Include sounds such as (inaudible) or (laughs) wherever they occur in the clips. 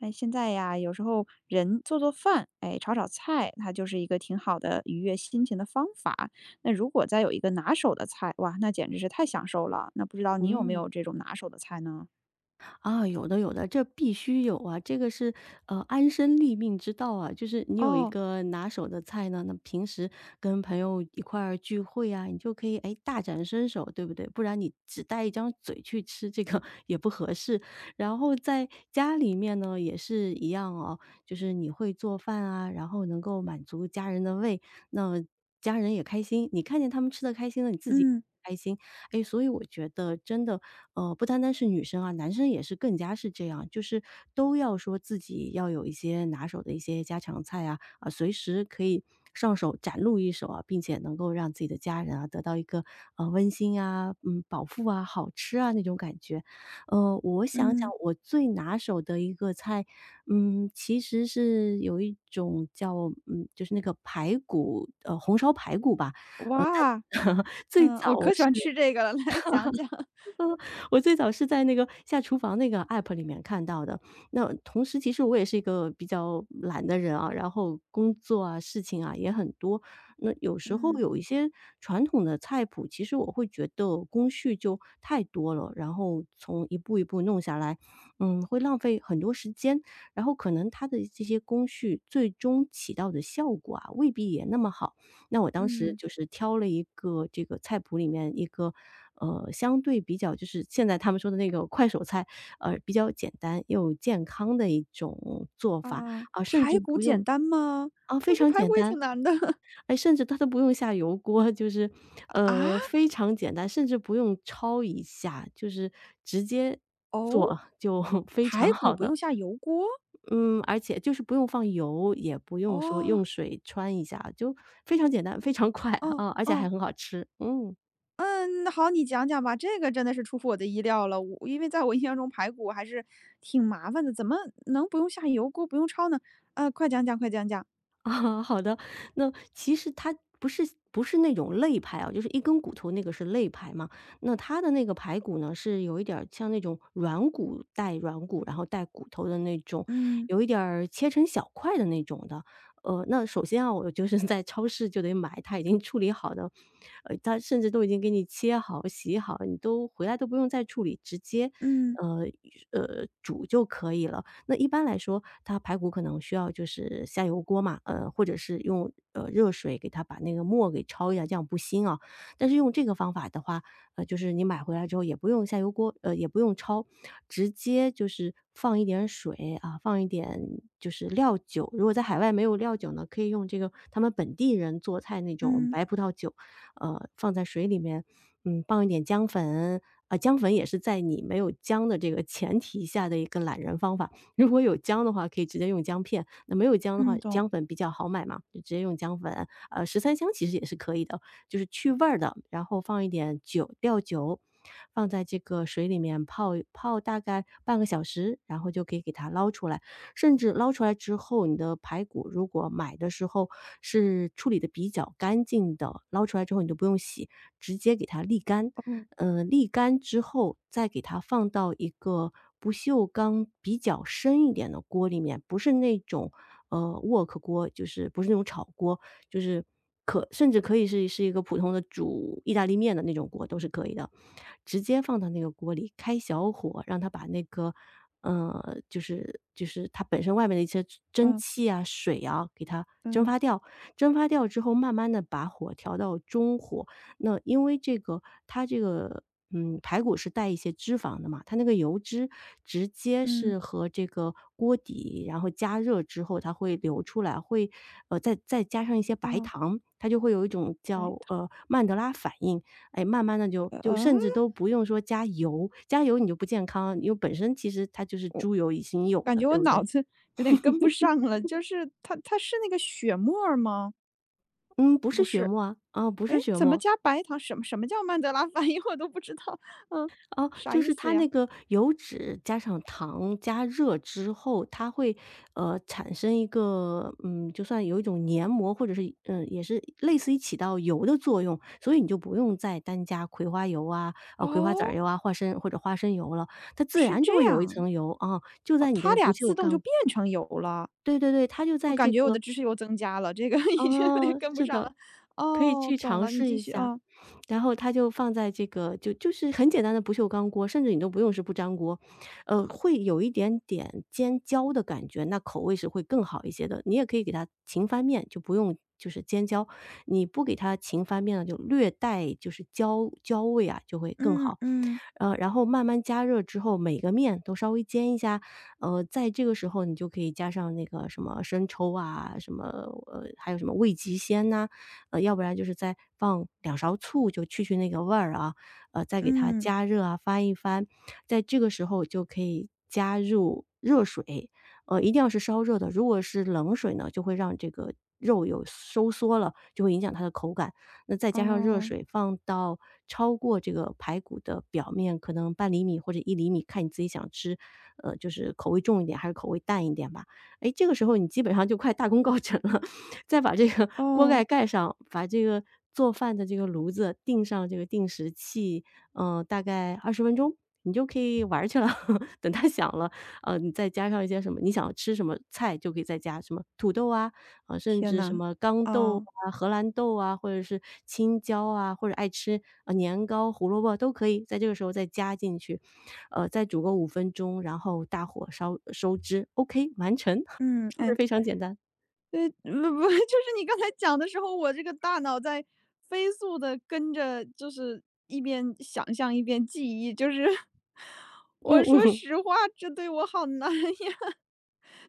哎，现在呀，有时候人做做饭，哎，炒炒菜，它就是一个挺好的愉悦心情的方法。那如果再有一个拿手的菜，哇，那简直是太享受了。那不知道你有没嗯，有这种拿手的菜呢？啊，有的有的，这必须有啊，这个是安身立命之道啊。就是你有一哦，个拿手的菜呢，那平时跟朋友一块儿聚会啊，你就可以哎大展身手，对不对？不然你只带一张嘴去吃这个 (laughs) 也不合适。然后在家里面呢也是一样哦，就是你会做饭啊，然后能够满足家人的胃，那家人也开心，你看见他们吃的开心了，你自己嗯开心。哎，所以我觉得真的，不单单是女生啊，男生也是更加是这样，就是都要说自己要有一些拿手的一些家常菜啊，啊，随时可以上手展露一手啊，并且能够让自己的家人啊得到一个温馨啊、饱腹啊、好吃啊那种感觉。我想想嗯，我最拿手的一个菜，其实是有一种叫就是那个排骨，红烧排骨吧。但 哇，(laughs) 最嗯，早我我可喜是欢吃这个了，(laughs) 来讲讲。(laughs) 我最早是在那个下厨房那个 app 里面看到的。那同时，其实我也是一个比较懒的人啊，然后工作啊、事情啊也很多。那有时候嗯有一些传统的菜谱，其实我会觉得工序就太多了，然后从一步一步弄下来，会浪费很多时间。然后可能它的这些工序最终起到的效果啊，未必也那么好。那我当时嗯，就是挑了一个这个菜谱里面一个，相对比较就是现在他们说的那个快手菜，比较简单又健康的一种做法，啊，啊，甚至排骨不简用单吗？啊，非我觉常得排简骨也单，挺难的 (laughs) 哎，甚至它都不用下油锅，就是，啊。非常简单，甚至不用焯一下，就是直接哦，做就 (laughs) 非常排骨好不的用下油锅？嗯，而且就是不用放油，也不用说哦用水穿一下，就非常简单，非常快哦啊，而且还哦。很好吃。嗯，嗯，好，你讲讲吧，这个真的是出乎我的意料了。我因为在我印象中排骨还是挺麻烦的，怎么能不用下油锅，不用焯呢？快讲讲，快讲讲。(laughs) 啊，好的。那其实它不是不是那种肋排啊，就是一根骨头那个是肋排嘛。那它的那个排骨呢，是有一点儿像那种软骨带软骨，然后带骨头的那种，嗯有一点儿切成小块的那种的。那首先啊，我就是在超市就得买它已经处理好的，它甚至都已经给你切好、洗好，你都回来都不用再处理，直接，嗯呃煮就可以了。那一般来说，它排骨可能需要就是下油锅嘛，或者是用热水给它把那个沫给焯一下，这样不腥啊。但是用这个方法的话，就是你买回来之后也不用下油锅，也不用焯，直接就是放一点水啊，放一点就是料酒。如果在海外没有料酒呢，可以用这个他们本地人做菜那种嗯白葡萄酒，放在水里面，放一点姜粉。啊，姜粉也是在你没有姜的这个前提下的一个懒人方法。如果有姜的话，可以直接用姜片；那没有姜的话，嗯，懂。姜粉比较好买嘛，就直接用姜粉。十三香其实也是可以的，就是去味儿的，然后放一点酒，料酒，放在这个水里面泡泡大概半个小时，然后就可以给它捞出来。甚至捞出来之后，你的排骨如果买的时候是处理的比较干净的，捞出来之后你都不用洗，直接给它沥干。哦，沥干之后再给它放到一个不锈钢比较深一点的锅里面，不是那种呃 wok 锅，就是不是那种炒锅，就是可甚至可以是是一个普通的煮意大利面的那种锅都是可以的。直接放到那个锅里，开小火，让它把那个，就是它本身外面的一些蒸嗯汽啊、水啊，给它蒸嗯发掉。蒸发掉之后，慢慢的把火调到中火。那因为这个它这个，排骨是带一些脂肪的嘛，它那个油脂直接嗯是和这个锅底，然后加热之后它会流出来，会再加上一些白嗯，糖，它就会有一种白叫，糖，曼德拉反应。哎，慢慢的就呃，甚至都不用说加油，加油你就不健康，因为本身其实它就是猪油已经有感的，觉对我不脑对？子有点跟不上了。就是它是那个血沫儿吗？嗯，不是不血是，沫啊，啊，不哎，是血怎么沫。加白糖？什么什么叫曼德拉 (laughs) 反应？我都不知道。嗯，哦，啥就意是思它呀？那个油脂加上糖加热之后，它会，产生一个，就算有一种黏膜，或者是也是类似于起到油的作用，所以你就不用再单加葵花油啊，葵花籽儿哦，油啊，花生或者花生油了，它自是然这就会有一样。层油啊，就哦，在你这它个不俩锈自动就钢变成油了，对对对，它就我在感这觉我的个知识又增加了，这个 (laughs) 已经有点哦，跟不是上了。的，可以哦，去懂尝了，你试继一续下。啊。然后它就放在这个就是很简单的不锈钢锅，甚至你都不用是不粘锅，会有一点点煎焦的感觉，那口味是会更好一些的。你也可以给它勤翻面，就不用就是煎焦，你不给它勤翻面呢，就略带就是焦焦味啊，就会更嗯好。嗯然后慢慢加热之后，每个面都稍微煎一下，在这个时候你就可以加上那个什么生抽啊，什么还有什么味极鲜呐、要不然就是再放两勺醋，就去去那个味儿啊，再给它嗯，加热啊，翻一翻，在这个时候就可以加入热水，一定要是烧热的，如果是冷水呢，就会让这个肉有收缩了，就会影响它的口感。那再加上热哦水放到超过这个排骨的表面，可能半厘米或者1厘米，看你自己想吃，就是口味重一点还是口味淡一点吧。哎，这个时候你基本上就快大功告成了，(laughs) 再把这个 (laughs) 锅哦，盖盖上，把这个做饭的这个炉子定上这个定时器，嗯，大概20分钟，你就可以玩儿去了。(laughs) 等它响了，你再加上一些什么你想吃什么菜就可以再加什么土豆啊，啊，甚天至什呐，么豇豆哦，啊、荷兰豆啊，或者是青椒啊，或者爱吃，年糕、胡萝卜都可以在这个时候再加进去，再煮个5分钟，然后大火烧收汁，OK,完成，(laughs) 嗯，是不是哎，非常简单？对，不不，(laughs) 就是你刚才讲的时候，我这个大脑在飞速的跟着，就是一边想象一边记忆，就是 (laughs) 嗯我说嗯，实话，这对我好难呀。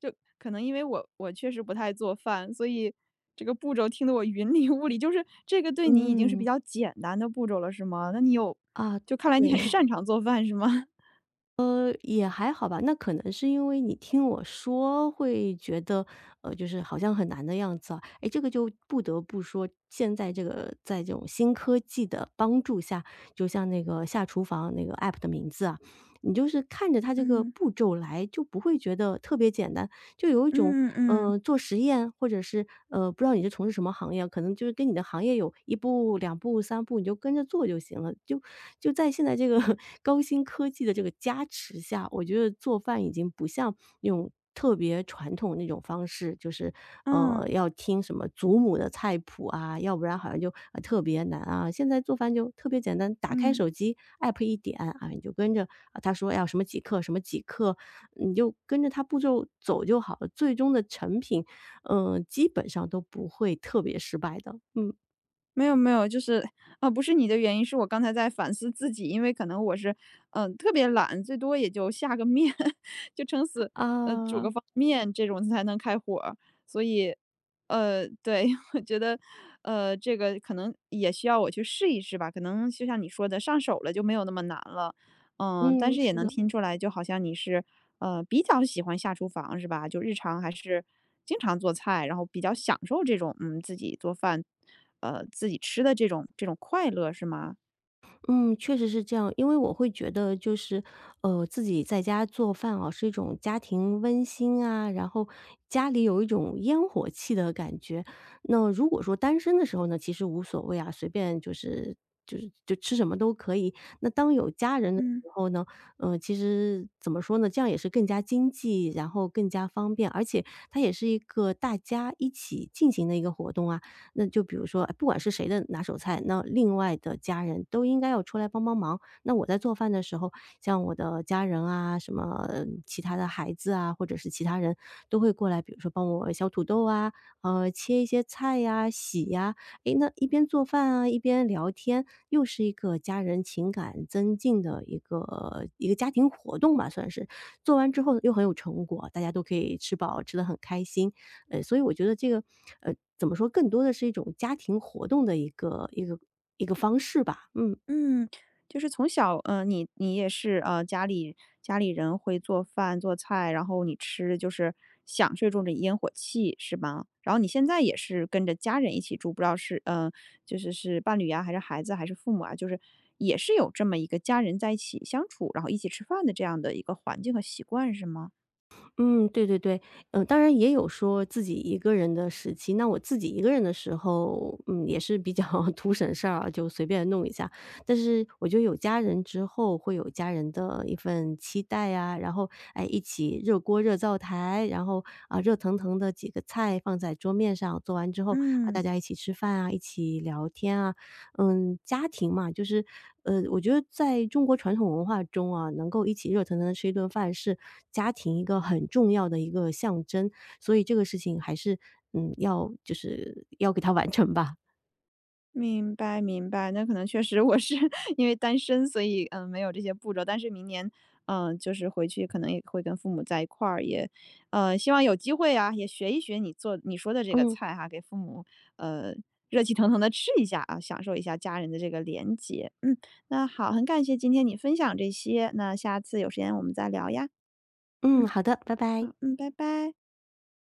就可能因为我确实不太做饭，所以这个步骤听得我云里雾里。就是这个对你已经是比嗯，较简单的步骤了，是吗？那你有啊，就看来你对。很擅长做饭，是吗？也还好吧，那可能是因为你听我说会觉得，就是好像很难的样子啊。哎，这个就不得不说，现在这个在这种新科技的帮助下，就像那个下厨房那个 app 的名字啊，你就是看着它 (laughs) 这个嗯步骤来，就不会觉得特别简单，就有一种嗯嗯做实验或者是，不知道你是从事什么行业，可能就是跟你的行业有一步、两步、三步，你就跟着做就行了。就在现在这个 (laughs) 高新科技的这个加持下，我觉得做饭已经不像用特别传统那种方式，就是，嗯要听什么祖母的菜谱啊，要不然好像就，特别难啊。现在做饭就特别简单，打开嗯。手机 app 一点，啊，你就跟着啊，他说要什么几克什么几克，你就跟着它步骤走就好了，最终的成品，基本上都不会特别失败的。嗯，没有没有，就是啊，不是你的原因，是我刚才在反思自己，因为可能我是，嗯、特别懒，最多也就下个面，(laughs) 就撑死，煮个啊，方便面这种才能开火儿所以，对，(laughs) 我觉得，这个可能也需要我去试一试吧，可能就像你说的，上手了就没有那么难了。嗯，但嗯，是也是能的。听出来，就好像你是，比较喜欢下厨房是吧？就日常还是经常做菜，然后比较享受这种，自己做饭，自己吃的这种快乐是吗？嗯，确实是这样。因为我会觉得就是，自己在家做饭啊，是一种家庭温馨啊，然后家里有一种烟火气的感觉。那如果说单身的时候呢，其实无所谓啊，随便就吃什么都可以。那当有家人的嗯。时候呢，其实怎么说呢，这样也是更加经济，然后更加方便，而且它也是一个大家一起进行的一个活动啊。那就比如说，哎不管是谁的拿手菜，那另外的家人都应该要出来帮帮忙。那我在做饭的时候，像我的家人啊，什么其他的孩子啊，或者是其他人都会过来，比如说帮我削土豆啊，切一些菜呀、洗呀、诶，那一边做饭啊，一边聊天，又是一个家人情感增进的一个家庭活动吧，算是。做完之后又很有成果，大家都可以吃饱，吃得很开心。所以我觉得这个，怎么说，更多的是一种家庭活动的一个方式吧。嗯嗯，就是从小，你也是，家里人会做饭做菜，然后你吃就是享受这种烟火气，是吧？然后你现在也是跟着家人一起住，不知道是，就是是伴侣呀，还是孩子，还是父母啊，就是也是有这么一个家人在一起相处，然后一起吃饭的这样的一个环境和习惯，是吗？嗯，对对对，当然也有说自己一个人的时期。那我自己一个人的时候，也是比较 (laughs) 图省事儿啊，就随便弄一下。但是我觉得有家人之后，会有家人的一份期待呀、然后哎，一起热锅热灶台，然后啊，热腾腾的几个菜放在桌面上，做完之后啊，大嗯。家一起吃饭啊，一起聊天啊。嗯，家庭嘛，就是，我觉得在中国传统文化中啊，能够一起热腾腾地吃一顿饭是家庭一个很重要的一个象征，所以这个事情还是，要就是要给它完成吧。明白明白，那可能确实我是 (laughs) 因为单身，所以没有这些步骤。但是明年就是回去可能也会跟父母在一块儿，也希望有机会啊，也学一学你说的这个嗯，菜哈，给父母呃热气腾腾的吃一下啊，享受一下家人的这个连结。嗯，那好，很感谢今天你分享这些，那下次有时间我们再聊呀。嗯，嗯，好的，拜拜。好，嗯，拜拜。